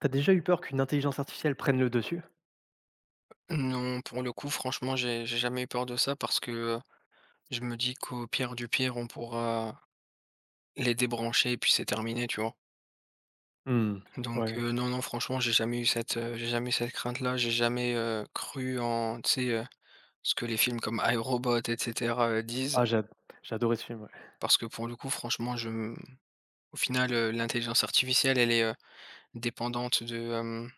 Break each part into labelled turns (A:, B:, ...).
A: T'as déjà eu peur qu'une intelligence artificielle prenne le dessus?
B: Non, pour le coup, franchement, j'ai jamais eu peur de ça parce que, je me dis qu'au pire du pire, on pourra les débrancher et puis c'est terminé, tu vois?
A: Mmh.
B: Donc,
A: Ouais.
B: non, non, franchement, j'ai jamais eu j'ai jamais eu cette crainte-là. J'ai jamais, cru en tu sais, ce que les films comme iRobot et cetera, disent.
A: Ah j'ad j'ai adoré ce film, ouais.
B: Parce que pour le coup, franchement, je m au final, l'intelligence artificielle, elle est, dépendante de,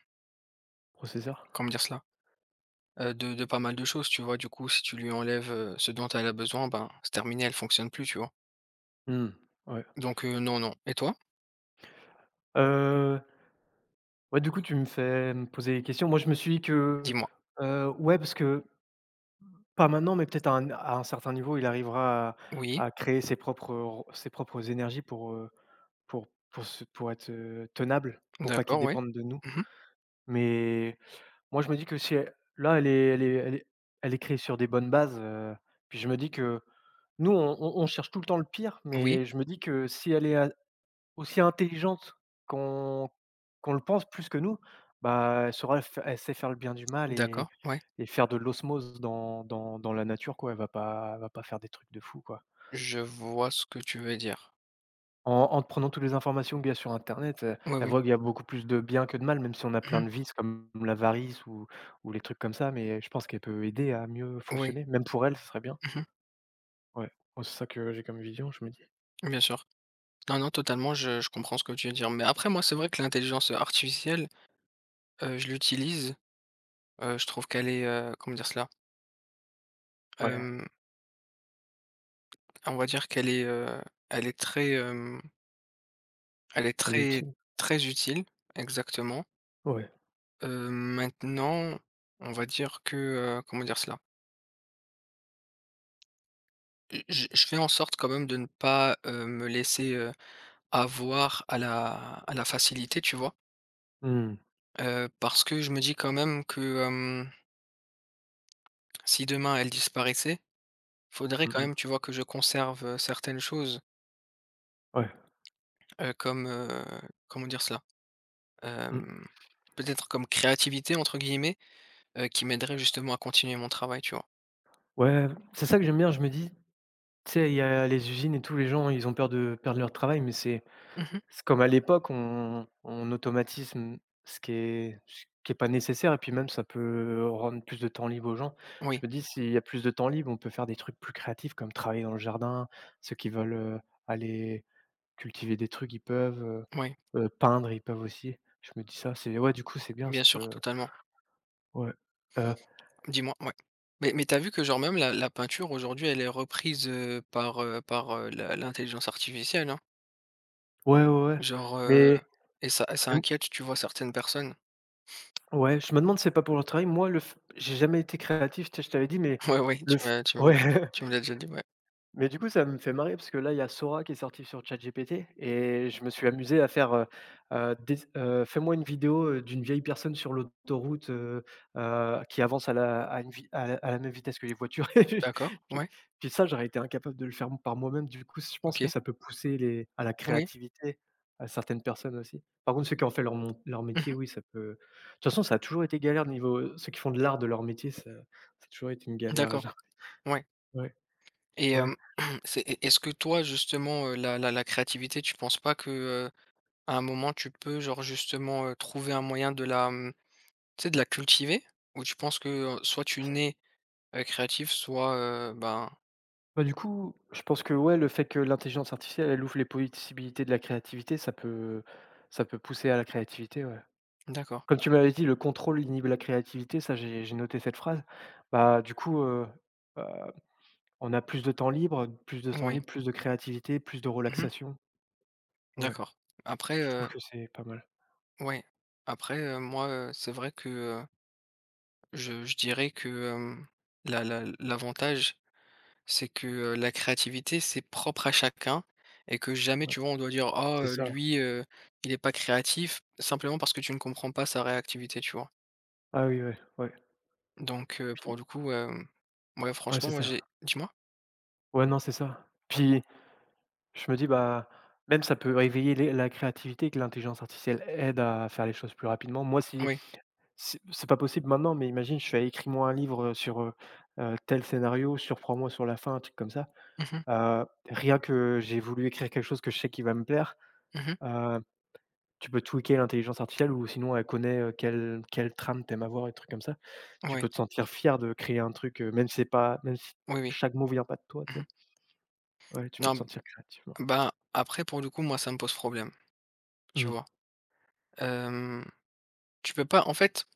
A: Processeur?
B: comment dire cela? De pas mal de choses, tu vois? Du coup, si tu lui enlèves, ce dont elle a besoin, ben, c'est terminé, elle fonctionne plus, tu vois?
A: Mmh. Ouais.
B: Donc non, non et toi?
A: Heu, ouais, du coup, tu me fais me poser des questions. Moi, je me suis dit que,
B: Dis-moi.
A: ouais, parce que pas maintenant, mais peut-être à un certain niveau, il arrivera à
B: Oui,
A: à créer ses propres énergies pour être, tenable, pour pas qu'ils
B: d'accord, ouais.
A: dépendent de nous.
B: Mmh.
A: Mais moi, je me dis que si elle là, elle est elle est elle est elle est créée sur des bonnes bases, puis je me dis que nous, on cherche tout le temps le pire,
B: Oui,
A: mais je me dis que si elle est a aussi intelligente qu'on qu'on le pense plus que nous, bah, elle saura f elle sait faire le bien du mal et
B: d'accord, ouais.
A: et faire de l'osmose dans la nature, quoi. Elle va pas faire des trucs de fou, quoi.
B: Je vois ce que tu veux dire.
A: En te prenant toutes les informations qu'il y a sur internet,
B: Oui,
A: elle
B: oui.
A: voit qu'il y a beaucoup plus de bien que de mal, même si on a plein
B: Mmh.
A: de vices comme la varice ou les trucs comme ça, mais je pense qu'elle peut aider à mieux
B: Oui.
A: fonctionner. Même pour elle, ce serait bien.
B: Mmh.
A: Ouais. Moi, c'est ça que j'ai comme vision, je me dis.
B: Bien sûr. Non, non, totalement, je comprends ce que tu veux dire. Mais après moi, c'est vrai que l'intelligence artificielle, je l'utilise, je trouve qu'elle est, comment dire cela?
A: Ouais,
B: Hem, on va dire qu'elle est, elle est très, elle est
A: elle est
B: très,
A: utile.
B: très utile, exactement.
A: Ouais.
B: Maintenant, on va dire que, comment dire cela? Je fais en sorte quand même de ne pas, me laisser, avoir à la facilité, tu vois?
A: Mmh.
B: Parce que je me dis quand même que, si demain elle disparaissait, faudrait
A: Mmh
B: quand
A: mh.
B: même, tu vois, que je conserve, certaines choses,
A: Ouais.
B: comme, comment dire cela?
A: Mmh.
B: Hem, peut-être comme «créativité» entre guillemets, qui m'aiderait justement à continuer mon travail, tu vois?
A: Ouais, c'est ça que j'aime bien, je me dis, tu sais, il y a les usines et tous les gens, ils ont peur de perdre leur travail, mais c'est
B: Mmh.
A: C'est comme à l'époque, on automatisme ce qui est pas nécessaire et puis même ça peut rendre plus de temps libre aux gens. Je
B: Oui,
A: me dis s'il y a plus de temps libre, on peut faire des trucs plus créatifs comme travailler dans le jardin. Ceux qui veulent, aller cultiver des trucs, ils peuvent,
B: oui,
A: peindre, ils peuvent aussi. Je me dis ça, c'est ouais, du coup, c'est bien, ça
B: bien sûr,
A: peut
B: totalement.
A: ouais, heu,
B: Dis-moi, ouais. Mais t'as vu que genre même la peinture aujourd'hui, elle est reprise, par, par, la l'intelligence artificielle, hein?
A: ouais, ouais, ouais,
B: Genre, heu
A: mais
B: et ça
A: mais m
B: inquiète, tu vois, certaines personnes.
A: ouais, je me demande si c'est pas pour le travail. Moi, le f j'ai jamais été créatif, tu sais, je t'avais dit, mais
B: Ouais, ouais,
A: le f ouais.
B: tu me l'as déjà dit, ouais.
A: Mais du coup, ça me fait marrer parce que là, il y a Sora qui est sorti sur ChatGPT et je me suis amusé à faire, des fais-moi une vidéo, d'une vieille personne sur l'autoroute, qui avance à la à une vi à la même vitesse que les voitures. Et
B: D'accord,
A: Puis
B: ouais,
A: puis ça, j'aurais été incapable de le faire par moi-même. Du coup, je pense que
B: OK,
A: ça peut pousser les à la
B: oui.
A: créativité, à certaines personnes aussi. Par contre, ceux qui ont fait leur métier,
B: Mmh.
A: oui, ça peut de toute façon, ça a toujours été galère niveau, ceux qui font de l'art de leur métier, ça a toujours été une galère,
B: D'accord, ouais
A: ouais,
B: et
A: ouais.
B: c'est est est-ce que toi justement, la créativité, tu penses pas que, à un moment tu peux genre justement, trouver un moyen de la, mmh, tu sais, de la cultiver? Ou tu penses que, soit tu nais, créatif, soit, ben.
A: Bah, du coup, je pense que ouais, le fait que l'intelligence artificielle, elle ouvre les possibilités de la créativité, ça peut pousser à la créativité, ouais.
B: D'accord,
A: Comme tu m'avais dit: «Le contrôle inhibe la créativité», ça j'ai noté cette phrase. Bah, du coup, heu, on a plus de temps libre, plus de temps
B: oui.
A: libre, plus de créativité, plus de
B: Mmh.
A: relaxation. Ouais,
B: D'accord. Après,
A: je trouve que c'est pas mal.
B: ouais, après, moi, c'est vrai que, je dirais que, la la l'avantage, c'est que, la créativité, c'est propre à chacun et que jamais,
A: Ouais,
B: tu vois, on doit dire: oh,
A: c'est ça.
B: lui, il est pas créatif», simplement parce que tu ne comprends pas sa réactivité, tu vois?
A: Ah oui, ouais, ouais.
B: Donc pour
A: Puis
B: le coup, ouais,
A: ouais,
B: franchement,
A: c'est
B: moi, j'ai
A: ça.
B: dis-moi?
A: Ouais, non, c'est ça. Puis je me dis, bah, même ça peut réveiller les la créativité et que l'intelligence artificielle aide à faire les choses plus rapidement. Moi, si
B: Oui.
A: c'est pas possible maintenant, mais imagine, je fais: «Écris-moi un livre sur tel scénario, surprends-moi sur la fin», un truc comme ça.
B: Mmh mh.
A: Rien que j'ai voulu écrire quelque chose que je sais qui va me plaire,
B: Mmh.
A: heu, tu peux tweaker l'intelligence artificielle ou sinon elle connaît, quelle trame tu avoir et trucs comme ça. Tu
B: Oui.
A: peux te sentir fier de créer un truc, même si
B: Oui, oui.
A: chaque mot vient pas de toi, tu
B: Mmh.
A: sais? Ouais, tu peux
B: Non,
A: te sentir créatif, ouais.
B: bah, après, pour le coup, moi, ça me pose problème, tu
A: Mmh.
B: vois? Hem, tu peux pas en fait,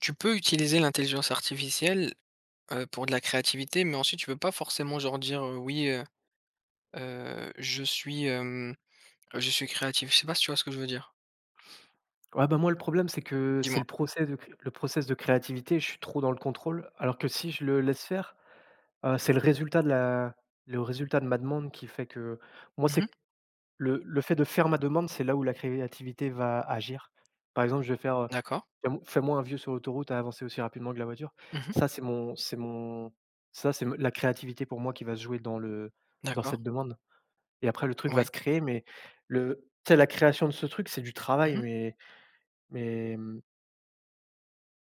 B: tu peux utiliser l'intelligence artificielle, pour de la créativité, mais ensuite tu peux pas forcément genre dire, «Oui, je suis, je suis créatif». Je sais pas si tu vois ce que je veux dire?
A: Ouais, bah, moi, le problème, c'est que c'est
B: Dis-moi.
A: le process de créativité, je suis trop dans le contrôle, alors que si je le laisse faire. C'est le résultat de ma demande qui fait que moi,
B: Mmh.
A: c'est le fait de faire ma demande, c'est là où la créativité va agir. Par exemple, je vais faire,
B: D'accord.
A: «Fais-moi un vieux sur l'autoroute à avancer aussi rapidement que la voiture».
B: Mmh.
A: Ça, c'est mon ça, c'est me la créativité pour moi qui va se jouer dans
B: D'accord.
A: cette demande et après le truc va
B: Oui.
A: se créer, mais le tu sais, la création de ce truc, c'est du travail,
B: Mmh.
A: mais, mmh,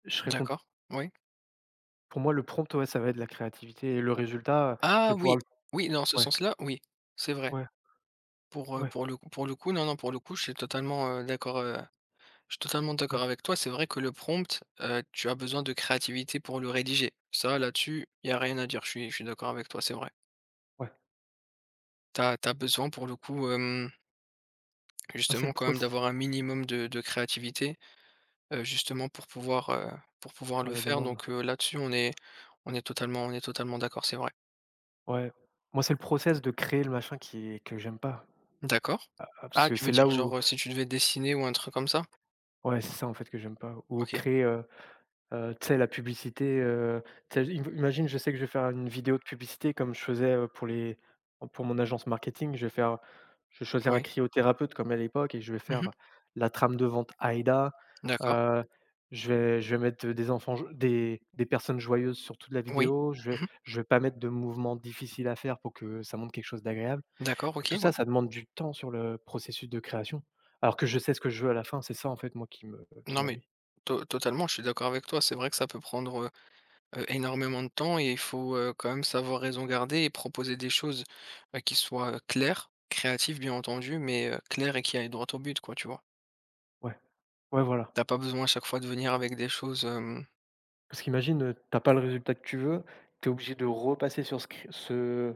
A: je serais cont
B: D'accord. Oui.
A: pour moi, le prompt, ouais, ça va être la créativité et le
B: Ou
A: résultat, je
B: ah
A: vais pouvoir
B: oui,
A: le
B: oui, dans ce
A: ouais,
B: sens-là, oui, c'est vrai.
A: ouais,
B: Pour,
A: ouais,
B: pour le coup, non, non, pour le coup, je suis totalement, d'accord. Je suis totalement d'accord
A: ouais,
B: avec toi. C'est vrai que le prompt, tu as besoin de créativité pour le rédiger. Ça, là-dessus, il y a rien à dire. Je suis d'accord avec toi, c'est vrai.
A: ouais.
B: Tu as besoin pour le coup,
A: Moi, c'est
B: justement
A: le
B: quand même
A: process
B: d'avoir un minimum de créativité, justement pour pouvoir
A: faire
B: le
A: la
B: faire.
A: demande.
B: Donc, là-dessus, on est totalement d'accord, c'est vrai.
A: Ouais. Moi, c'est le process de créer le machin qui que j'aime pas.
B: D'accord.
A: Ah, parce
B: Ah,
A: que
B: tu veux
A: c'est là
B: dire
A: où
B: genre, si tu devais dessiner ou un truc comme ça?
A: ouais, c'est ça, en fait, que j'aime pas. Ou
B: OK.
A: créer, tu sais la publicité, tu sais, im imagine je sais que je vais faire une vidéo de publicité comme je faisais, pour les pour mon agence marketing, je vais choisir un
B: Oui.
A: cryothérapeute comme à l'époque et je vais
B: Mmh.
A: faire la trame de vente AIDA,
B: D'accord.
A: heu, je vais mettre des enfants jo des personnes joyeuses sur toute la
B: Oui.
A: vidéo, je vais
B: Mmh.
A: je vais pas mettre de mouvements difficiles à faire pour que ça montre quelque chose d'agréable.
B: D'accord, OK,
A: Tout
B: ouais.
A: ça, ça demande du temps sur le processus de création, alors que je sais ce que je veux à la fin, c'est ça en fait moi qui me qui
B: Non mais
A: m'ennuie.
B: to totalement, je suis d'accord avec toi. C'est vrai que ça peut prendre, énormément de temps et il faut, quand même savoir raison garder et proposer des choses, bah, qui soient, claires, créatives bien entendu, mais, claires et qui aillent droit au but quoi, tu vois?
A: Ouais, ouais voilà.
B: T'as pas besoin à chaque fois de venir avec des choses, hem
A: Parce qu'imagine, tu pas le résultat que tu veux, tu es obligé de repasser sur ce cr ce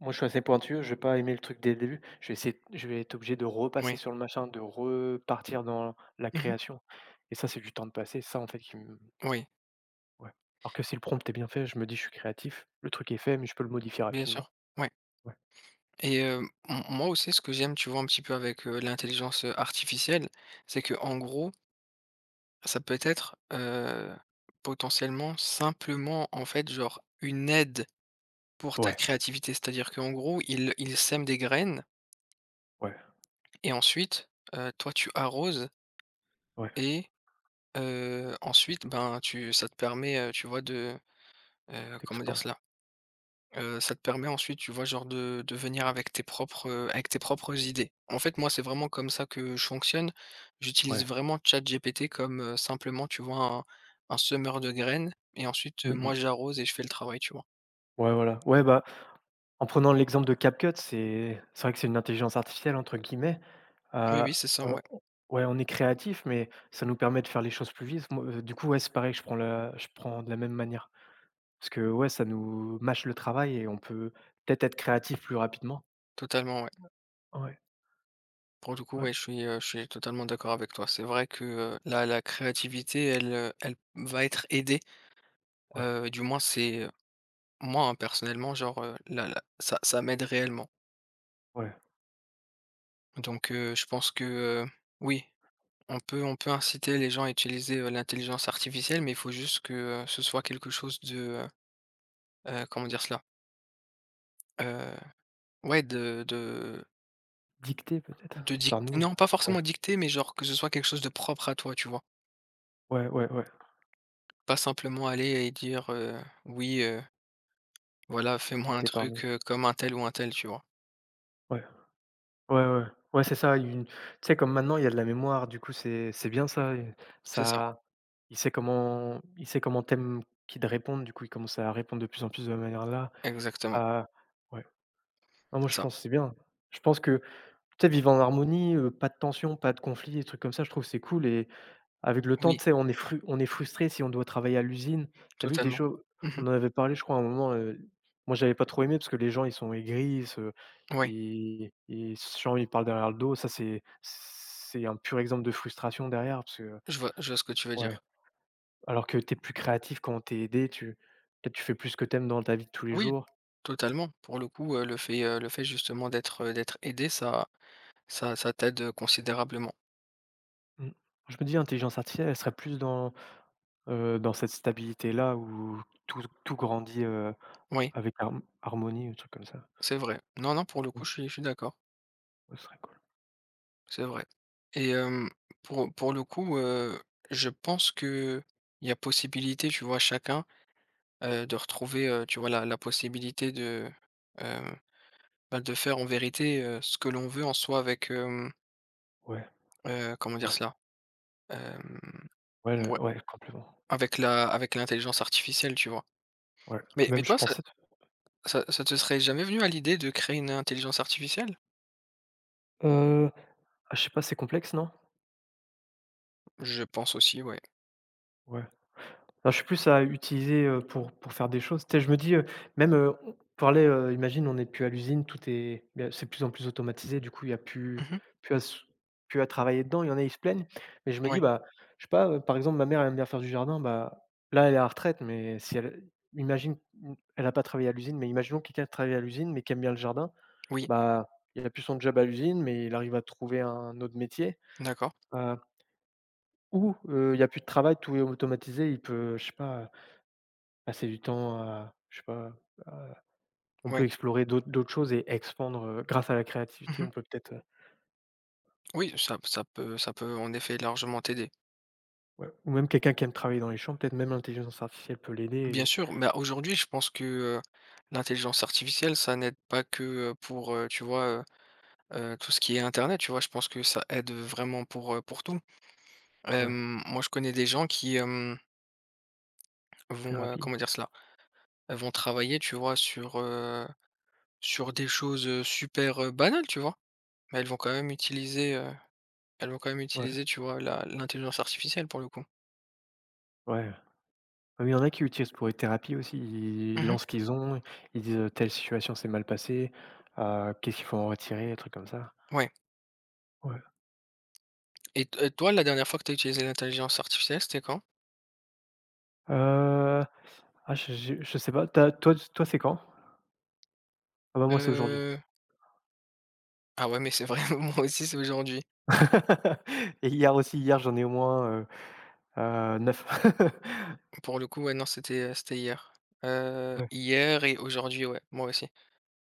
A: moi je suis assez pointu, je vais pas aimer le truc dès le début, je vais être obligé de repasser
B: oui.
A: sur le machin, de repartir dans la
B: Mmh.
A: création et ça, c'est du temps de passer, ça en fait qui me
B: Oui,
A: ouais. Alors que si le prompt est bien fait, je me dis: «Je suis créatif, le truc est fait, mais je peux le modifier
B: bien sûr.
A: rapidement».
B: Ouais
A: Ouais.
B: et hem, m moi aussi ce que j'aime, tu vois, un petit peu avec, l'intelligence, artificielle, c'est que en gros, ça peut être, potentiellement simplement, en fait, genre, une aide pour ta
A: Ouais,
B: créativité. C'est-à-dire qu'en gros, il sème des graines.
A: ouais,
B: Et ensuite, toi tu arroses
A: ouais,
B: et ensuite, ben, tu ça te permet, tu vois de, comment
A: tu
B: dire cela? Ça te permet ensuite, tu vois, genre de venir avec avec tes propres idées. En fait, moi, c'est vraiment comme ça que je fonctionne. J'utilise
A: ouais.
B: vraiment ChatGPT comme, simplement, tu vois, un semeur de graines et ensuite,
A: Mmh
B: moi
A: mh.
B: j'arrose et je fais le travail, tu vois?
A: Ouais, voilà. Ouais, bah, en prenant l'exemple de CapCut, c'est vrai que c'est une «intelligence artificielle» entre guillemets.
B: Oui,
A: Heu,
B: oui, c'est ça, ouais,
A: on ouais, on est créatif, mais ça nous permet de faire les choses plus vite. Moi, du coup, ouais, c'est pareil, je prends de la même manière. Parce que, ouais, ça nous mâche le travail et on peut peut-être être créatif plus rapidement.
B: totalement, ouais.
A: Ouais,
B: Pour le coup,
A: ouais,
B: ouais, je suis totalement d'accord avec toi. C'est vrai que, la créativité, elle, elle va être aidée.
A: ouais,
B: Du moins c'est, moi, hein, personnellement, genre, là, ça ça m'aide réellement.
A: ouais.
B: Donc je pense que, oui, on peut inciter les gens à utiliser, l'intelligence artificielle, mais il faut juste que, ce soit quelque chose de, heu comment dire cela? Heu, ouais,
A: Dicté peut-être
B: de dic
A: par nous?
B: non, pas
A: Ouais,
B: forcément dicter, mais genre que ce soit quelque chose de propre à toi, tu vois?
A: ouais, ouais, ouais.
B: Pas simplement aller et dire, «Oui, voilà, fais-moi un
A: Dicté par nous.
B: truc, comme un tel ou un tel», tu vois?
A: Ouais, ouais, ouais. Ouais, c'est ça, une tu sais, comme maintenant, il y a de la mémoire, du coup, c'est bien ça et
B: C'est ça,
A: ça il sait comment t'aimes qu'il te réponde, du coup, il commence à répondre de plus en plus de la manière là.
B: exactement,
A: Ah ouais. Ah moi
B: c'est
A: je
B: ça.
A: pense que c'est bien. Je pense que, tu sais, vivre en harmonie, pas de tension, pas de conflit, des trucs comme ça, je trouve que c'est cool et avec le temps,
B: Oui,
A: tu sais, on est frustré si on doit travailler à l'usine. Tu as vu des
B: totalement.
A: choses
B: Mmh.
A: on en avait parlé je crois à un moment, moi j'avais pas trop aimé parce que les gens ils sont aigris, ils se
B: Ouais.
A: ils ils se genre ils parlent derrière le dos, ça c'est un pur exemple de frustration derrière parce que
B: Je vois ce que tu veux
A: ouais,
B: dire.
A: alors que tu es plus créatif quand t'es aidé, tu peut-être tu fais plus ce que t'aimes dans ta vie de tous les
B: Oui,
A: jours.
B: totalement. Pour le coup, le fait justement d'être, d'être aidé, ça t'aide, considérablement.
A: Mmh. Je me dis intelligence artificielle, elle serait plus dans. Dans cette stabilité-là où tout tout grandit,
B: Oui,
A: avec harmonie, un truc comme ça.
B: c'est vrai. Non, non, pour le coup,
A: Mmh.
B: je suis d'accord.
A: Ouais, ce serait cool.
B: C'est vrai et pour le coup, je pense que il y a possibilité, tu vois, chacun, de retrouver, tu vois, la possibilité de, heu, bah, de faire en vérité, ce que l'on veut en soi avec,
A: Ouais,
B: comment dire
A: ouais,
B: cela? Hem,
A: ouais, le
B: ouais,
A: ouais, complètement.
B: avec l'intelligence artificielle, tu vois?
A: Ouais,
B: Mais
A: même
B: mais
A: je
B: toi, ça
A: pensais t
B: ça ça te serait jamais venu à l'idée de créer une intelligence artificielle?
A: euh, ah, je sais pas, c'est complexe, non?
B: Je pense aussi, ouais.
A: Ouais. Alors, je suis plus à utiliser, pour faire des choses. Tu sais, je me dis, même, on parlait, imagine, on n'est plus à l'usine, tout est il c'est de plus en plus automatisé, du coup, il y a plus
B: Mmh mh.
A: plus à se plus à travailler dedans. Il y en a, ils se plaignent, mais je me dis,
B: Ouais.
A: bah, je sais pas, par exemple, ma mère, elle aime bien faire du jardin, bah, là, elle est à la retraite, mais si elle imagine, mmh, elle a pas travaillé à l'usine, mais imaginons quelqu'un qui travaille à l'usine, mais qui aime bien le jardin,
B: Oui.
A: bah, il a plus son job à l'usine, mais il arrive à trouver un autre métier,
B: D'accord.
A: heu, ou, il y a plus de travail, tout est automatisé, il peut, je sais pas, passer du temps à je sais pas, on peut
B: Oui.
A: explorer d'autres choses et expandre, grâce à la créativité,
B: Mmh.
A: on peut peut-être, heu.
B: Oui, ça peut en effet largement t'aider.
A: Ouais, ou même quelqu'un qui aime travailler dans les champs, peut-être même l'intelligence artificielle peut l'aider
B: Bien
A: et
B: sûr, mais aujourd'hui, je pense que, heu, l'intelligence artificielle, ça n'aide pas que, pour, tu vois, tout ce qui est internet, tu vois? Je pense que ça aide vraiment pour tout.
A: ouais,
B: Moi, je connais des gens qui, vont,
A: thérapie.
B: comment dire cela? Vont travailler, tu vois, sur, sur des choses, super, banales, tu vois? Mais elles vont quand même
A: Ouais,
B: utiliser, tu vois, la l'intelligence artificielle pour le coup.
A: ouais. Ah oui, il y en a qui utilisent pour les thérapies aussi, ils
B: Mmh.
A: lancent ce qu'ils ont, ils disent, «Telle situation s'est mal passée, qu'est-ce qu'il faut en retirer?» des trucs comme ça.
B: Ouais
A: Ouais.
B: et t toi, la dernière fois que tu as utilisé l'intelligence artificielle, c'était quand?
A: Heu, ah je sais pas, tu toi toi, c'est quand? Ah bah, moi, c'est aujourd'hui.
B: Heu, ah ouais, mais c'est vrai, moi aussi, c'est aujourd'hui.
A: Et hier aussi, hier, j'en ai au moins, 9.
B: Pour le coup, ouais, non, c'était hier.
A: Ouais.
B: Hier et aujourd'hui, ouais, moi aussi.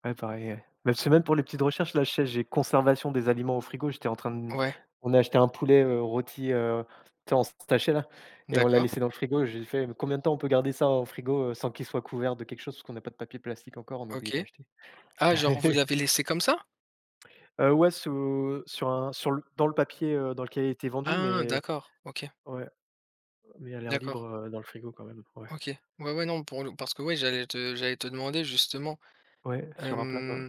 A: Ouais, pareil, ouais. Bah, tu même pour les petites recherches, là, je sais, j'ai conservation des aliments au frigo, j'étais en train de
B: Ouais,
A: on a acheté un poulet, rôti, tu sais, en sachet, là et on l'a
B: d'accord,
A: laissé dans le frigo. J'ai fait: «Mais combien de temps on peut garder ça au frigo, sans qu'il soit couvert de quelque chose?» parce qu'on n'a pas de papier plastique encore, on a oublié
B: OK.
A: d'acheter.
B: Ah, genre, vous l'avez laissé comme ça?
A: Ouais, sous sur un sur le dans le papier, dans lequel il a été vendu,
B: Ah
A: mais
B: d'accord, OK,
A: ouais, mais à l'air libre,
B: d'accord,
A: dans le frigo quand même, ouais.
B: OK. Ouais, ouais, non, pour le parce que, ouais, j'allais te demander justement,
A: Ouais, sur un plat, quoi.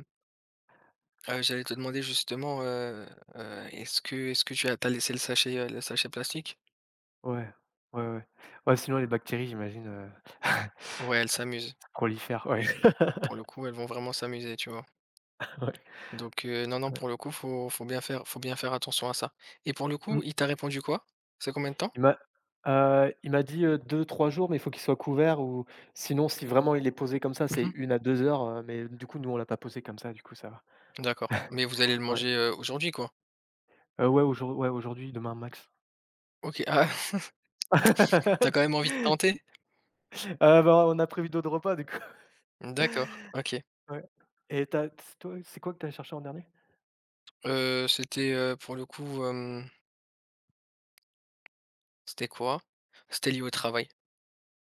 B: J'allais te demander justement, est-ce que tu laissé le sachet plastique?
A: Ouais, ouais, ouais. Ouais, Ouais, sinon les bactéries, j'imagine,
B: Ouais, elles s'amusent.
A: ça prolifère, ouais, ouais.
B: Pour le coup, elles vont vraiment s'amuser, tu vois? Donc non, non,
A: Ouais.
B: pour le coup, faut bien faire attention à ça. Et pour le coup,
A: Mmh.
B: il t'a répondu quoi? C'est combien de temps?
A: Il m'a il m'a dit, 2-3 jours, mais il faut qu'il soit couvert ou sinon, si vraiment il est posé comme ça, c'est
B: Mmh.
A: 1 à 2 heures, mais du coup, nous, on l'a pas posé comme ça, du coup, ça va.
B: D'accord. Mais vous allez le
A: Ouais.
B: manger, aujourd'hui, quoi?
A: Ouais, aujour ouais, aujourd'hui, demain max.
B: OK. Ah, tu quand
A: Parce
B: même envie de
A: que,
B: tenter?
A: bah, on a prévu d'autres repas, du coup.
B: D'accord, OK.
A: Ouais. Et t'as t toi, c'est quoi que tu as cherché en dernier?
B: C'était, pour le coup, c'était quoi? C'était lié au travail.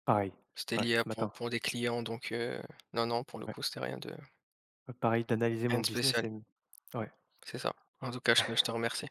A: Pareil.
B: C'était
A: Ouais,
B: lié à
A: ce
B: pour
A: matin.
B: pour des clients donc non, non, pour le
A: Ouais.
B: coup, c'était
A: Pareil, d'analyser
B: rien
A: mon
B: de
A: business
B: spécial.
A: et mmh ouais.
B: C'est ça. En tout cas, je te remercie.